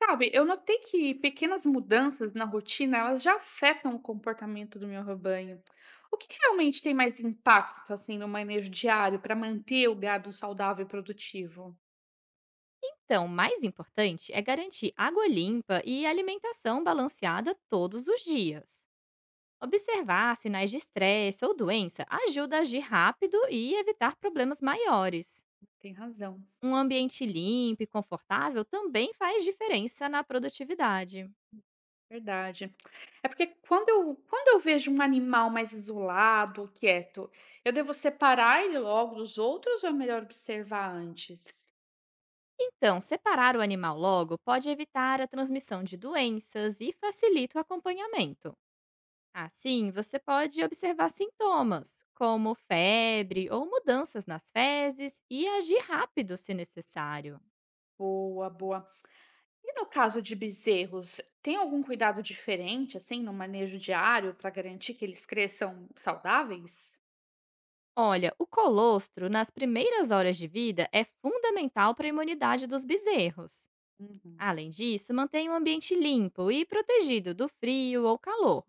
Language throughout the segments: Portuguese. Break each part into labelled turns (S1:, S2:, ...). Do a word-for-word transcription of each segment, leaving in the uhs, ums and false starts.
S1: Sabe, eu notei que pequenas mudanças na rotina, elas já afetam o comportamento do meu rebanho. O que que realmente tem mais impacto, assim, no manejo diário para manter o gado saudável e produtivo?
S2: Então, o mais importante é garantir água limpa e alimentação balanceada todos os dias. Observar sinais de estresse ou doença ajuda a agir rápido e evitar problemas maiores.
S1: Tem razão,
S2: Um ambiente limpo e confortável também faz diferença na produtividade.
S1: verdade. É porque quando eu, quando eu vejo um animal mais isolado ou quieto, eu devo separar ele logo dos outros ou é melhor observar antes?
S2: Então, separar o animal logo pode evitar a transmissão de doenças e facilita o acompanhamento. Ah, sim, você pode observar sintomas, como febre ou mudanças nas fezes, e agir rápido se necessário.
S1: Boa, boa. E no caso de bezerros, tem algum cuidado diferente, assim, no manejo diário para garantir que eles cresçam saudáveis?
S2: Olha, o colostro, nas primeiras horas de vida, é fundamental para a imunidade dos bezerros.
S1: Uhum.
S2: Além disso, mantém o ambiente limpo e protegido do frio ou calor.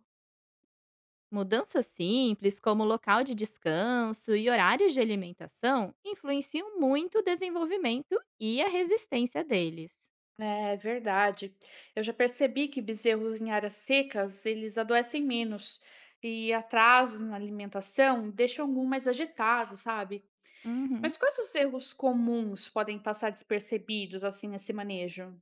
S2: Mudanças simples, como local de descanso e horários de alimentação, influenciam muito o desenvolvimento e a resistência deles.
S1: É verdade. Eu já percebi que bezerros em áreas secas, eles adoecem menos e atrasos na alimentação deixam algum mais agitado, sabe?
S2: Uhum.
S1: Mas quais os erros comuns podem passar despercebidos assim nesse manejo?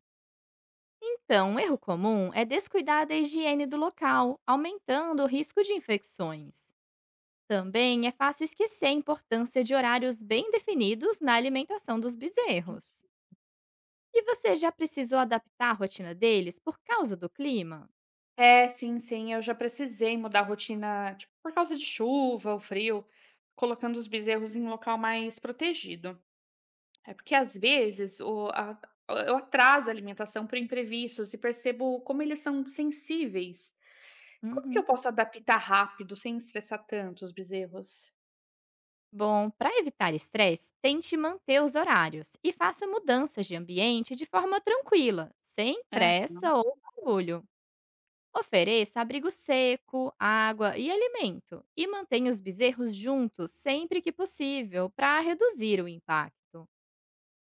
S2: Então, um erro comum é descuidar da higiene do local, aumentando o risco de infecções. Também é fácil esquecer a importância de horários bem definidos na alimentação dos
S1: Faz
S2: bezerros.
S1: sentido.
S2: E você já precisou adaptar a rotina deles por causa do clima?
S1: É, sim, sim, eu já precisei mudar a rotina, tipo, por causa de chuva ou frio, colocando os bezerros em um local mais protegido. É porque às vezes o, a- eu atraso a alimentação por imprevistos e percebo como eles são sensíveis. Como que eu
S2: Uhum.
S1: posso adaptar rápido sem estressar tanto os bezerros?
S2: Bom, para evitar estresse, tente manter os horários e faça mudanças de ambiente de forma tranquila, sem
S1: É,
S2: pressa ou barulho. Ofereça abrigo seco, água e alimento e mantenha os bezerros juntos sempre que possível para reduzir o impacto.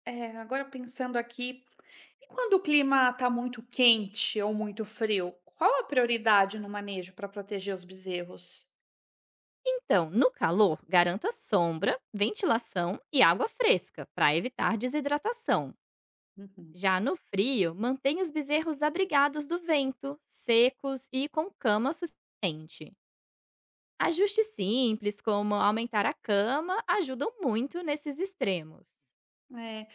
S1: é, agora pensando aqui, e quando o clima está muito quente ou muito frio, qual a prioridade no manejo para proteger os bezerros?
S2: Então, no calor, garanta sombra, ventilação e água fresca para evitar desidratação.
S1: Uhum.
S2: Já no frio, mantenha os bezerros abrigados do vento, secos e com cama suficiente. Ajustes simples, como aumentar a cama, ajudam muito nesses extremos.
S1: É,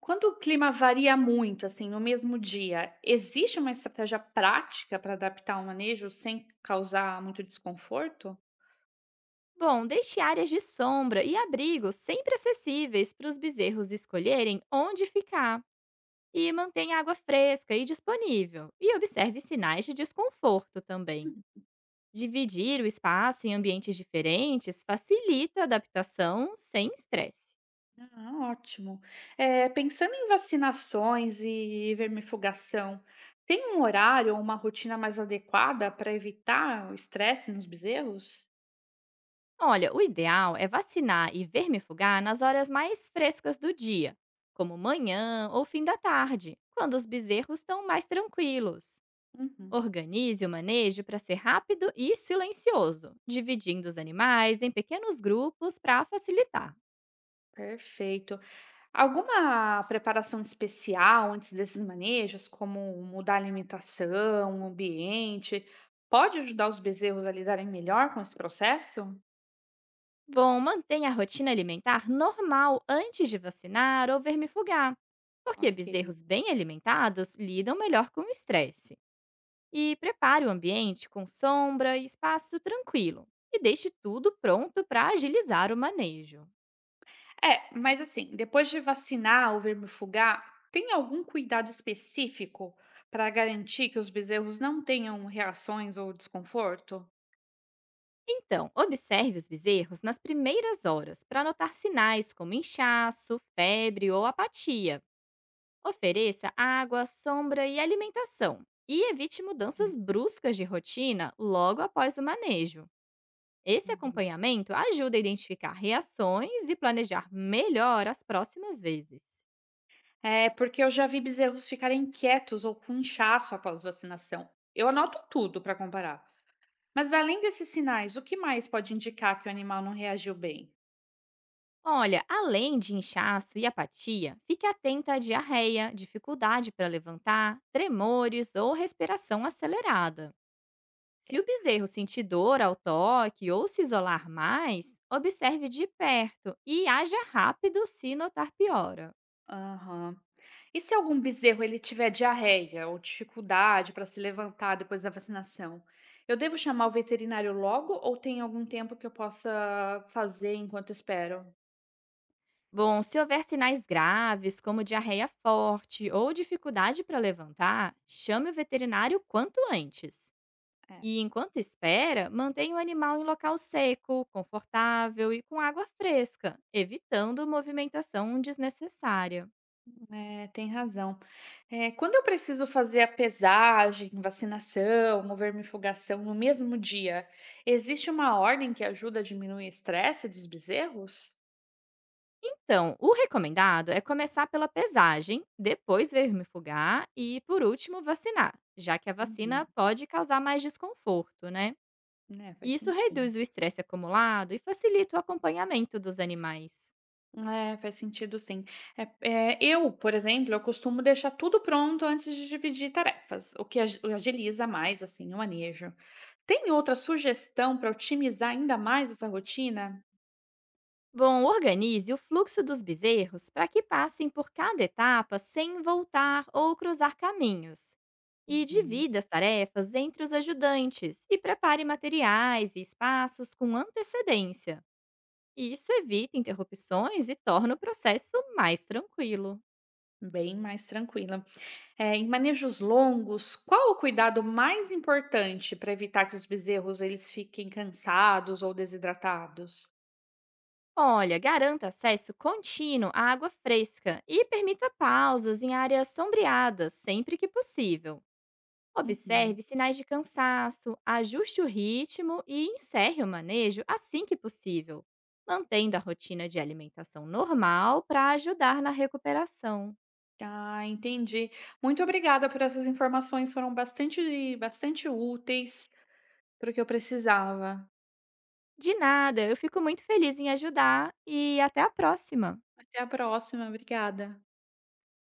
S1: quando o clima varia muito, assim, no mesmo dia, existe uma estratégia prática para adaptar o manejo sem causar muito desconforto?
S2: Bom, deixe áreas de sombra e abrigo sempre acessíveis para os bezerros escolherem onde ficar. E mantenha a água fresca e disponível. E observe sinais de desconforto também. Dividir o espaço em ambientes diferentes facilita a adaptação sem estresse.
S1: Ah, ótimo. Eh, pensando em vacinações e vermifugação, tem um horário ou uma rotina mais adequada para evitar o estresse nos bezerros?
S2: Olha, o ideal é vacinar e vermifugar nas horas mais frescas do dia, como manhã ou fim da tarde, quando os bezerros estão mais tranquilos.
S1: Uhum,
S2: Organize o manejo para ser rápido e silencioso, dividindo os animais em pequenos grupos para facilitar.
S1: perfeito. Alguma preparação especial antes desses manejos, como mudar a alimentação, o ambiente, pode ajudar os bezerros a lidarem melhor com esse processo?
S2: Bom, mantenha a rotina alimentar normal antes de vacinar ou vermifugar, porque
S1: Ok.
S2: bezerros bem alimentados lidam melhor com o estresse. E prepare o ambiente com sombra e espaço tranquilo, e deixe tudo pronto para agilizar o manejo.
S1: É, mas assim, depois de vacinar ou vermifugar, tem algum cuidado específico para garantir que os bezerros não tenham reações ou desconforto?
S2: Então, observe os bezerros nas primeiras horas para notar sinais como inchaço, febre ou apatia. Ofereça água, sombra e alimentação. E evite mudanças
S1: Uhum,
S2: bruscas de rotina logo após o manejo. Esse
S1: uhum.
S2: acompanhamento ajuda a identificar reações e planejar melhor as próximas vezes.
S1: É, porque eu já vi bezerros ficarem quietos ou com inchaço após vacinação. Eu anoto tudo para comparar. Mas além desses sinais, o que mais pode indicar que o animal não reagiu bem?
S2: Olha, além de inchaço e apatia, fique atenta à diarreia, dificuldade para levantar, tremores ou respiração acelerada.
S1: É.
S2: Se o bezerro sentir dor ao toque ou se isolar mais, observe de perto e haja rápido se notar piora.
S1: Aham. E se algum bezerro ele tiver diarreia ou dificuldade para se levantar depois da vacinação? Eu devo chamar o veterinário logo ou tem algum tempo que eu possa fazer enquanto espero?
S2: Bom, se houver sinais graves, como diarreia forte ou dificuldade para levantar, chame o veterinário quanto antes. E enquanto espera, mantenha o animal em local seco, confortável e com água fresca, evitando movimentação desnecessária.
S1: É, é, tem razão. É, quando eu preciso fazer a pesagem, vacinação ou vermifugação no mesmo dia, existe uma ordem que ajuda a diminuir o estresse dos bezerros?
S2: Então, o recomendado é começar pela pesagem, depois vermifugar e, por último, vacinar, já que a
S1: Uhum.
S2: vacina pode causar mais desconforto, né?
S1: É, faz
S2: E isso
S1: sentido.
S2: reduz o estresse acumulado e facilita o acompanhamento dos animais.
S1: É, faz sentido sim. É, é, eu, por exemplo, eu costumo deixar tudo pronto antes de dividir tarefas, o que agi- agiliza mais assim o manejo. Tem outra sugestão para otimizar ainda mais essa rotina?
S2: Bom, organize o fluxo dos bezerros para que passem por cada etapa sem voltar ou cruzar caminhos. E
S1: Uhum.
S2: divida as tarefas entre os ajudantes e prepare materiais e espaços com antecedência. E isso evita interrupções e torna o processo mais tranquilo.
S1: Bem mais tranquila. É, em manejos longos, qual o cuidado mais importante para evitar que os bezerros eles fiquem cansados ou desidratados?
S2: Olha, garanta acesso contínuo à água fresca e permita pausas em áreas sombreadas sempre que possível.
S1: Uhum.
S2: Observe sinais de cansaço, ajuste o ritmo e encerre o manejo assim que possível, mantendo a rotina de alimentação normal para ajudar na recuperação.
S1: Ah, entendi. Muito obrigada por essas informações, foram bastante bastante úteis para o que eu precisava.
S2: De nada, eu fico muito feliz em ajudar e até a próxima!
S1: Até a próxima, obrigada.